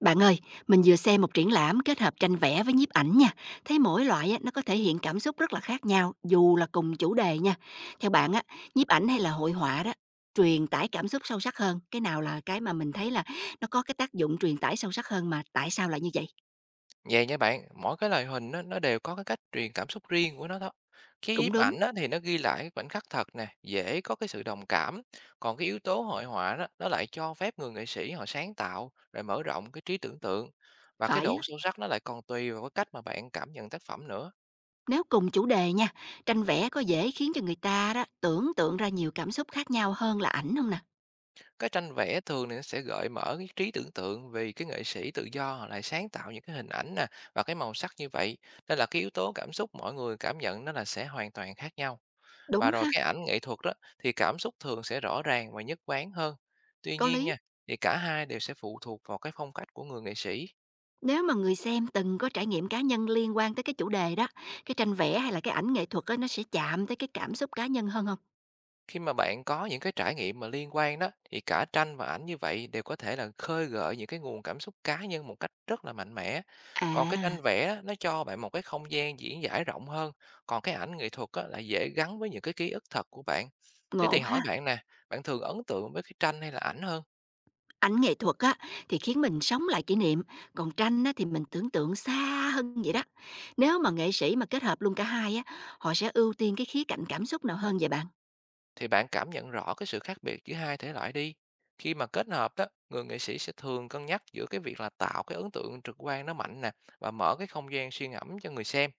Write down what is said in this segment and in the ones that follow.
Bạn ơi, mình vừa xem một triển lãm kết hợp tranh vẽ với nhiếp ảnh nha. Thấy mỗi loại á, nó có thể hiện cảm xúc rất là khác nhau, dù là cùng chủ đề nha. Theo bạn á, nhiếp ảnh hay là hội họa đó, truyền tải cảm xúc sâu sắc hơn. Cái nào là cái mà mình thấy là nó có cái tác dụng truyền tải sâu sắc hơn mà tại sao lại như vậy? Vậy nha bạn, mỗi cái loại hình á, nó đều có cái cách truyền cảm xúc riêng của nó đó. Cái Cũng nhiếp đúng, ảnh á, thì nó ghi lại khoảnh khắc thật nè, dễ có cái sự đồng cảm. Còn cái yếu tố hội họa đó, nó lại cho phép người nghệ sĩ họ sáng tạo, rồi mở rộng cái trí tưởng tượng. Và cái phải độ á. sâu sắc nó lại còn tùy vào cái cách mà bạn cảm nhận tác phẩm nữa. Nếu cùng chủ đề nha, tranh vẽ có dễ khiến cho người ta đó tưởng tượng ra nhiều cảm xúc khác nhau hơn là ảnh không nè. Cái tranh vẽ thường thì nó sẽ gợi mở cái trí tưởng tượng, vì cái nghệ sĩ tự do họ lại sáng tạo những cái hình ảnh nè và cái màu sắc như vậy. Nên là cái yếu tố cảm xúc mỗi người cảm nhận nó là sẽ hoàn toàn khác nhau. Và Đúng rồi ha, cái ảnh nghệ thuật đó thì cảm xúc thường sẽ rõ ràng và nhất quán hơn. Tuy có nhiên lý. nha, thì cả hai đều sẽ phụ thuộc vào cái phong cách của người nghệ sĩ. Nếu mà người xem từng có trải nghiệm cá nhân liên quan tới cái chủ đề đó, cái tranh vẽ hay là cái ảnh nghệ thuật á, nó sẽ chạm tới cái cảm xúc cá nhân hơn không? Khi mà bạn có những cái trải nghiệm mà liên quan đó, thì cả tranh và ảnh như vậy đều có thể là khơi gợi những cái nguồn cảm xúc cá nhân một cách rất là mạnh mẽ. Còn cái À, tranh vẽ á, nó cho bạn một cái không gian diễn giải rộng hơn, còn cái ảnh nghệ thuật á, là dễ gắn với những cái ký ức thật của bạn. Thế ngộ thì ha! hỏi bạn nè, bạn thường ấn tượng với cái tranh hay là ảnh hơn? Ảnh nghệ thuật á, thì khiến mình sống lại kỷ niệm, còn tranh á, thì mình tưởng tượng xa hơn vậy đó. Nếu mà nghệ sĩ mà kết hợp luôn cả hai á, họ sẽ ưu tiên cái khía cạnh cảm xúc nào hơn vậy bạn? Thì bạn cảm nhận rõ cái sự khác biệt giữa hai thể loại đi. Khi mà kết hợp đó, người nghệ sĩ sẽ thường cân nhắc giữa cái việc là tạo cái ấn tượng trực quan nó mạnh nè và mở cái không gian suy ngẫm cho người xem.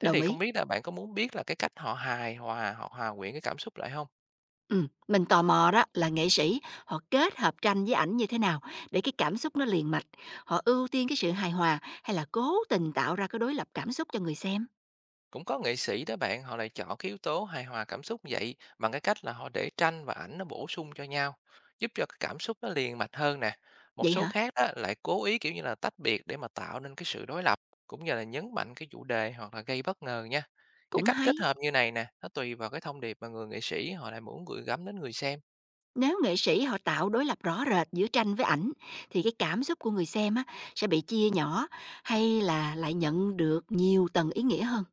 Thế Đồng thì không ý. biết là bạn có muốn biết là cái cách họ hài hòa, họ hòa quyện cái cảm xúc lại không? Mình tò mò đó là nghệ sĩ họ kết hợp tranh với ảnh như thế nào để cái cảm xúc nó liền mạch, họ ưu tiên cái sự hài hòa hay là cố tình tạo ra cái đối lập cảm xúc cho người xem? Cũng có nghệ sĩ đó bạn, họ lại chọn cái yếu tố hài hòa cảm xúc như vậy bằng cái cách là họ để tranh và ảnh nó bổ sung cho nhau, giúp cho cái cảm xúc nó liền mạch hơn nè. Một Vậy số hả? khác đó lại cố ý kiểu như là tách biệt để mà tạo nên cái sự đối lập, cũng như là nhấn mạnh cái chủ đề hoặc là gây bất ngờ nha. Cái Cũng cách hay. kết hợp như này nè, nó tùy vào cái thông điệp mà người nghệ sĩ họ lại muốn gửi gắm đến người xem. Nếu nghệ sĩ họ tạo đối lập rõ rệt giữa tranh với ảnh thì cái cảm xúc của người xem á sẽ bị chia nhỏ hay là lại nhận được nhiều tầng ý nghĩa hơn?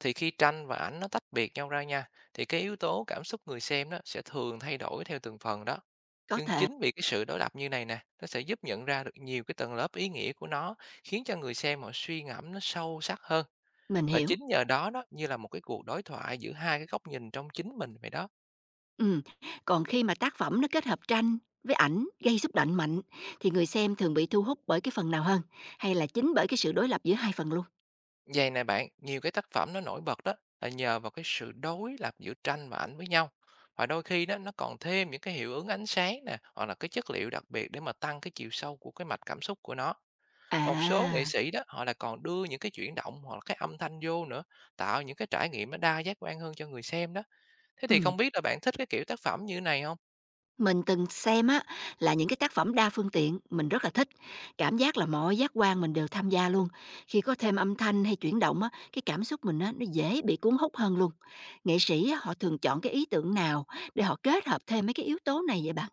Thì khi tranh và ảnh nó tách biệt nhau ra nha, thì cái yếu tố cảm xúc người xem đó sẽ thường thay đổi theo từng phần đó. Có Nhưng thể, chính vì cái sự đối lập như này nè, nó sẽ giúp nhận ra được nhiều cái tầng lớp ý nghĩa của nó, khiến cho người xem họ suy ngẫm nó sâu sắc hơn. mình Và hiểu. chính nhờ đó đó, như là một cái cuộc đối thoại giữa hai cái góc nhìn trong chính mình vậy đó. Ừm, Còn khi mà tác phẩm nó kết hợp tranh với ảnh gây xúc động mạnh thì người xem thường bị thu hút bởi cái phần nào hơn hay là chính bởi cái sự đối lập giữa hai phần luôn? Vậy này bạn, nhiều cái tác phẩm nó nổi bật đó là nhờ vào cái sự đối lập giữa tranh và ảnh với nhau. Và đôi khi đó, nó còn thêm những cái hiệu ứng ánh sáng nè, hoặc là cái chất liệu đặc biệt để mà tăng cái chiều sâu của cái mạch cảm xúc của nó. Một số nghệ À, sĩ đó, họ là còn đưa những cái chuyển động hoặc là cái âm thanh vô nữa, tạo những cái trải nghiệm nó đa giác quan hơn cho người xem đó. Thế thì ừm, không biết là bạn thích cái kiểu tác phẩm như này không? mình từng xem á là những cái tác phẩm đa phương tiện mình rất là thích, cảm giác là mọi giác quan mình đều tham gia luôn. Khi có thêm âm thanh hay chuyển động á, cái cảm xúc mình á nó dễ bị cuốn hút hơn luôn. Nghệ sĩ á, họ thường chọn cái ý tưởng nào để họ kết hợp thêm mấy cái yếu tố này vậy bạn?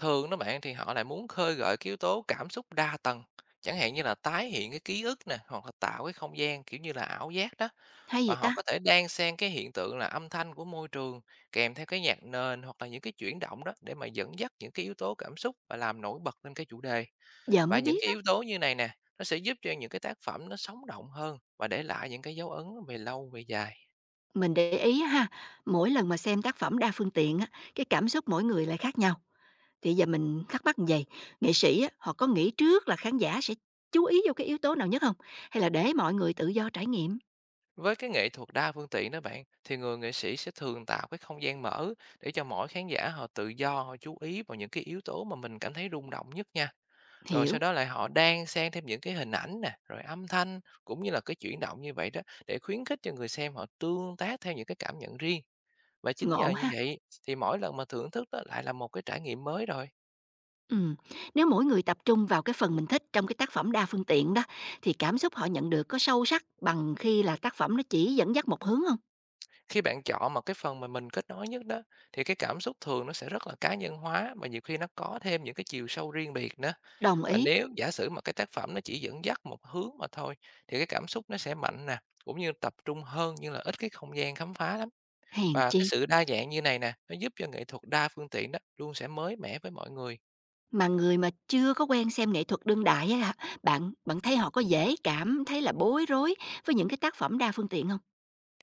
Thường đó bạn thì họ lại muốn khơi gợi cái yếu tố cảm xúc đa tầng, chẳng hạn như là tái hiện cái ký ức nè, hoặc là tạo cái không gian, kiểu như là, ảo giác đó, Hay và vậy họ ta? có thể đan xen cái hiện tượng là âm thanh của môi trường kèm theo cái nhạc nền hoặc là những cái chuyển động đó để mà dẫn dắt những cái yếu tố cảm xúc và làm nổi bật lên cái chủ đề. Giờ mới Và những biết. cái yếu tố như này nè, nó sẽ giúp cho những cái tác phẩm nó sống động hơn và để lại những cái dấu ấn về lâu về dài. Mình để ý á ha, mỗi lần mà xem tác phẩm đa phương tiện á, cái cảm xúc mỗi người lại khác nhau. Thì giờ mình thắc mắc như vầy, nghệ sĩ á, họ có nghĩ trước là khán giả sẽ chú ý vô cái yếu tố nào nhất không? Hay là để mọi người tự do trải nghiệm? Với cái nghệ thuật đa phương tiện đó bạn, thì người nghệ sĩ sẽ thường tạo cái không gian mở để cho mỗi khán giả họ tự do, họ chú ý vào những cái yếu tố mà mình cảm thấy rung động nhất nha. Rồi sau Hiểu, đó lại họ đan xen thêm những cái hình ảnh nè, rồi âm thanh cũng như là cái chuyển động như vậy đó để khuyến khích cho người xem họ tương tác theo những cái cảm nhận riêng. Và chính nhờ ngộ như ha. vậy thì mỗi lần mà thưởng thức đó lại là một cái trải nghiệm mới rồi. Ừm, Nếu mỗi người tập trung vào cái phần mình thích trong cái tác phẩm đa phương tiện đó, thì cảm xúc họ nhận được có sâu sắc bằng khi là tác phẩm nó chỉ dẫn dắt một hướng không? Khi bạn chọn mà cái phần mà mình kết nối nhất đó, thì cái cảm xúc thường nó sẽ rất là cá nhân hóa, và nhiều khi nó có thêm những cái chiều sâu riêng biệt nữa. Đồng Và ý, nếu giả sử mà cái tác phẩm nó chỉ dẫn dắt một hướng mà thôi, thì cái cảm xúc nó sẽ mạnh nè, cũng như tập trung hơn, nhưng là ít cái không gian khám phá lắm. hèn Và chi. cái sự đa dạng như này nè, nó giúp cho nghệ thuật đa phương tiện đó luôn sẽ mới mẻ với mọi người. Mà người mà chưa có quen xem nghệ thuật đương đại á, bạn bạn thấy họ có dễ cảm thấy là bối rối với những cái tác phẩm đa phương tiện không?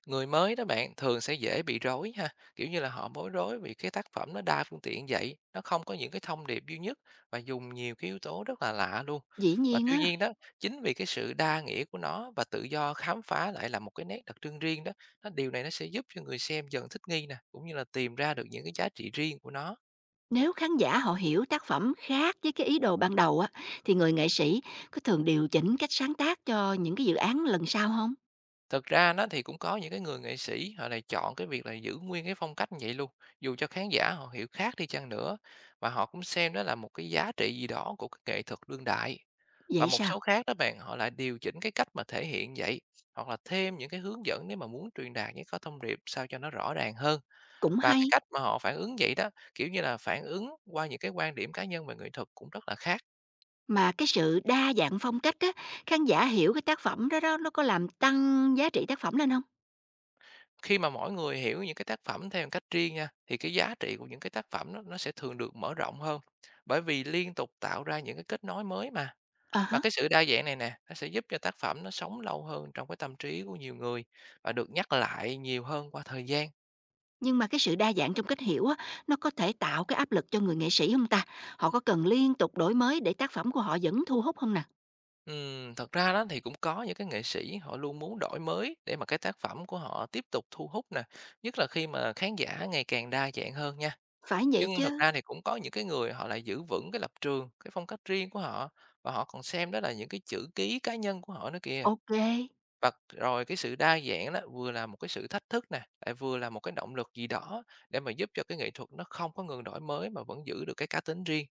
Người mới đó bạn thường sẽ dễ bị rối ha, kiểu như là họ bối rối vì cái tác phẩm nó đa phương tiện vậy, nó không có những cái thông điệp duy nhất và dùng nhiều cái yếu tố rất là lạ luôn. Dĩ Và nhiên tuy á, nhiên đó, chính vì cái sự đa nghĩa của nó và tự do khám phá lại là một cái nét đặc trưng riêng đó, nó điều này nó sẽ giúp cho người xem dần thích nghi nè, cũng như là tìm ra được những cái giá trị riêng của nó. nếu khán giả họ hiểu tác phẩm khác với cái ý đồ ban đầu á, thì người nghệ sĩ có thường điều chỉnh cách sáng tác cho những cái dự án lần sau không? Thực ra nó thì cũng có những cái người nghệ sĩ họ lại chọn cái việc là giữ nguyên cái phong cách như vậy luôn, dù cho khán giả họ hiểu khác đi chăng nữa, và họ cũng xem đó là một cái giá trị gì đó của cái nghệ thuật đương đại. Và Vậy một số sao? khác đó bạn, họ lại điều chỉnh cái cách mà thể hiện vậy, hoặc là thêm những cái hướng dẫn nếu mà muốn truyền đạt những cái thông điệp sao cho nó rõ ràng hơn. Cũng Và cái hay, cách mà họ phản ứng vậy đó, kiểu như là phản ứng qua những cái quan điểm cá nhân về nghệ thuật cũng rất là khác. mà cái sự đa dạng phong cách á, khán giả hiểu cái tác phẩm đó đó, nó có làm tăng giá trị tác phẩm lên không? Khi mà mỗi người hiểu những cái tác phẩm theo một cách riêng nha, thì cái giá trị của những cái tác phẩm nó sẽ thường được mở rộng hơn, bởi vì liên tục tạo ra những cái kết nối mới mà. À Và há. cái sự đa dạng này nè, nó sẽ giúp cho tác phẩm nó sống lâu hơn trong cái tâm trí của nhiều người và được nhắc lại nhiều hơn qua thời gian. Nhưng mà cái sự đa dạng trong cách hiểu á, nó có thể tạo cái áp lực cho người nghệ sĩ không ta? Họ có cần liên tục đổi mới để tác phẩm của họ vẫn thu hút không nè? Thật ra đó thì cũng có những cái nghệ sĩ họ luôn muốn đổi mới để mà cái tác phẩm của họ tiếp tục thu hút nè, nhất là khi mà khán giả ngày càng đa dạng hơn nha. Phải vậy Nhưng thật chứ. ra thì cũng có những cái người họ lại giữ vững cái lập trường, cái phong cách riêng của họ, và họ còn xem đó là những cái chữ ký cá nhân của họ nữa kìa. OK, Và rồi cái sự đa dạng đó vừa là một cái sự thách thức nè, lại vừa là một cái động lực gì đó để mà giúp cho cái nghệ thuật nó không có ngừng đổi mới mà vẫn giữ được cái cá tính riêng.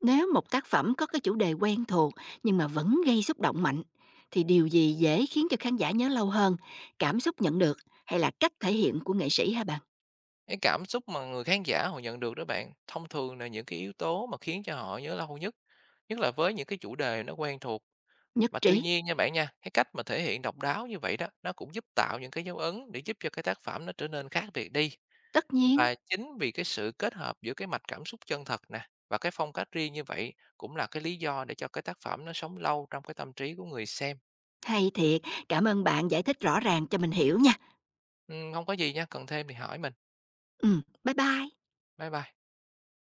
nếu một tác phẩm có cái chủ đề quen thuộc nhưng mà vẫn gây xúc động mạnh, thì điều gì dễ khiến cho khán giả nhớ lâu hơn? Cảm xúc nhận được hay là cách thể hiện của nghệ sĩ hả bạn? Cái cảm xúc mà người khán giả họ nhận được đó bạn, thông thường là những cái yếu tố mà khiến cho họ nhớ lâu nhất, nhất là với những cái chủ đề nó quen thuộc. Nhất Mà tuy trí, nhiên nha bạn nha, cái cách mà thể hiện độc đáo như vậy đó, nó cũng giúp tạo những cái dấu ấn để giúp cho cái tác phẩm nó trở nên khác biệt đi. tất nhiên. Và chính vì cái sự kết hợp giữa cái mạch cảm xúc chân thật nè và cái phong cách riêng như vậy cũng là cái lý do để cho cái tác phẩm nó sống lâu trong cái tâm trí của người xem. Hay thiệt, cảm ơn bạn giải thích rõ ràng cho mình hiểu nha. Không có gì nha, cần thêm thì hỏi mình. Bye bye. Bye bye.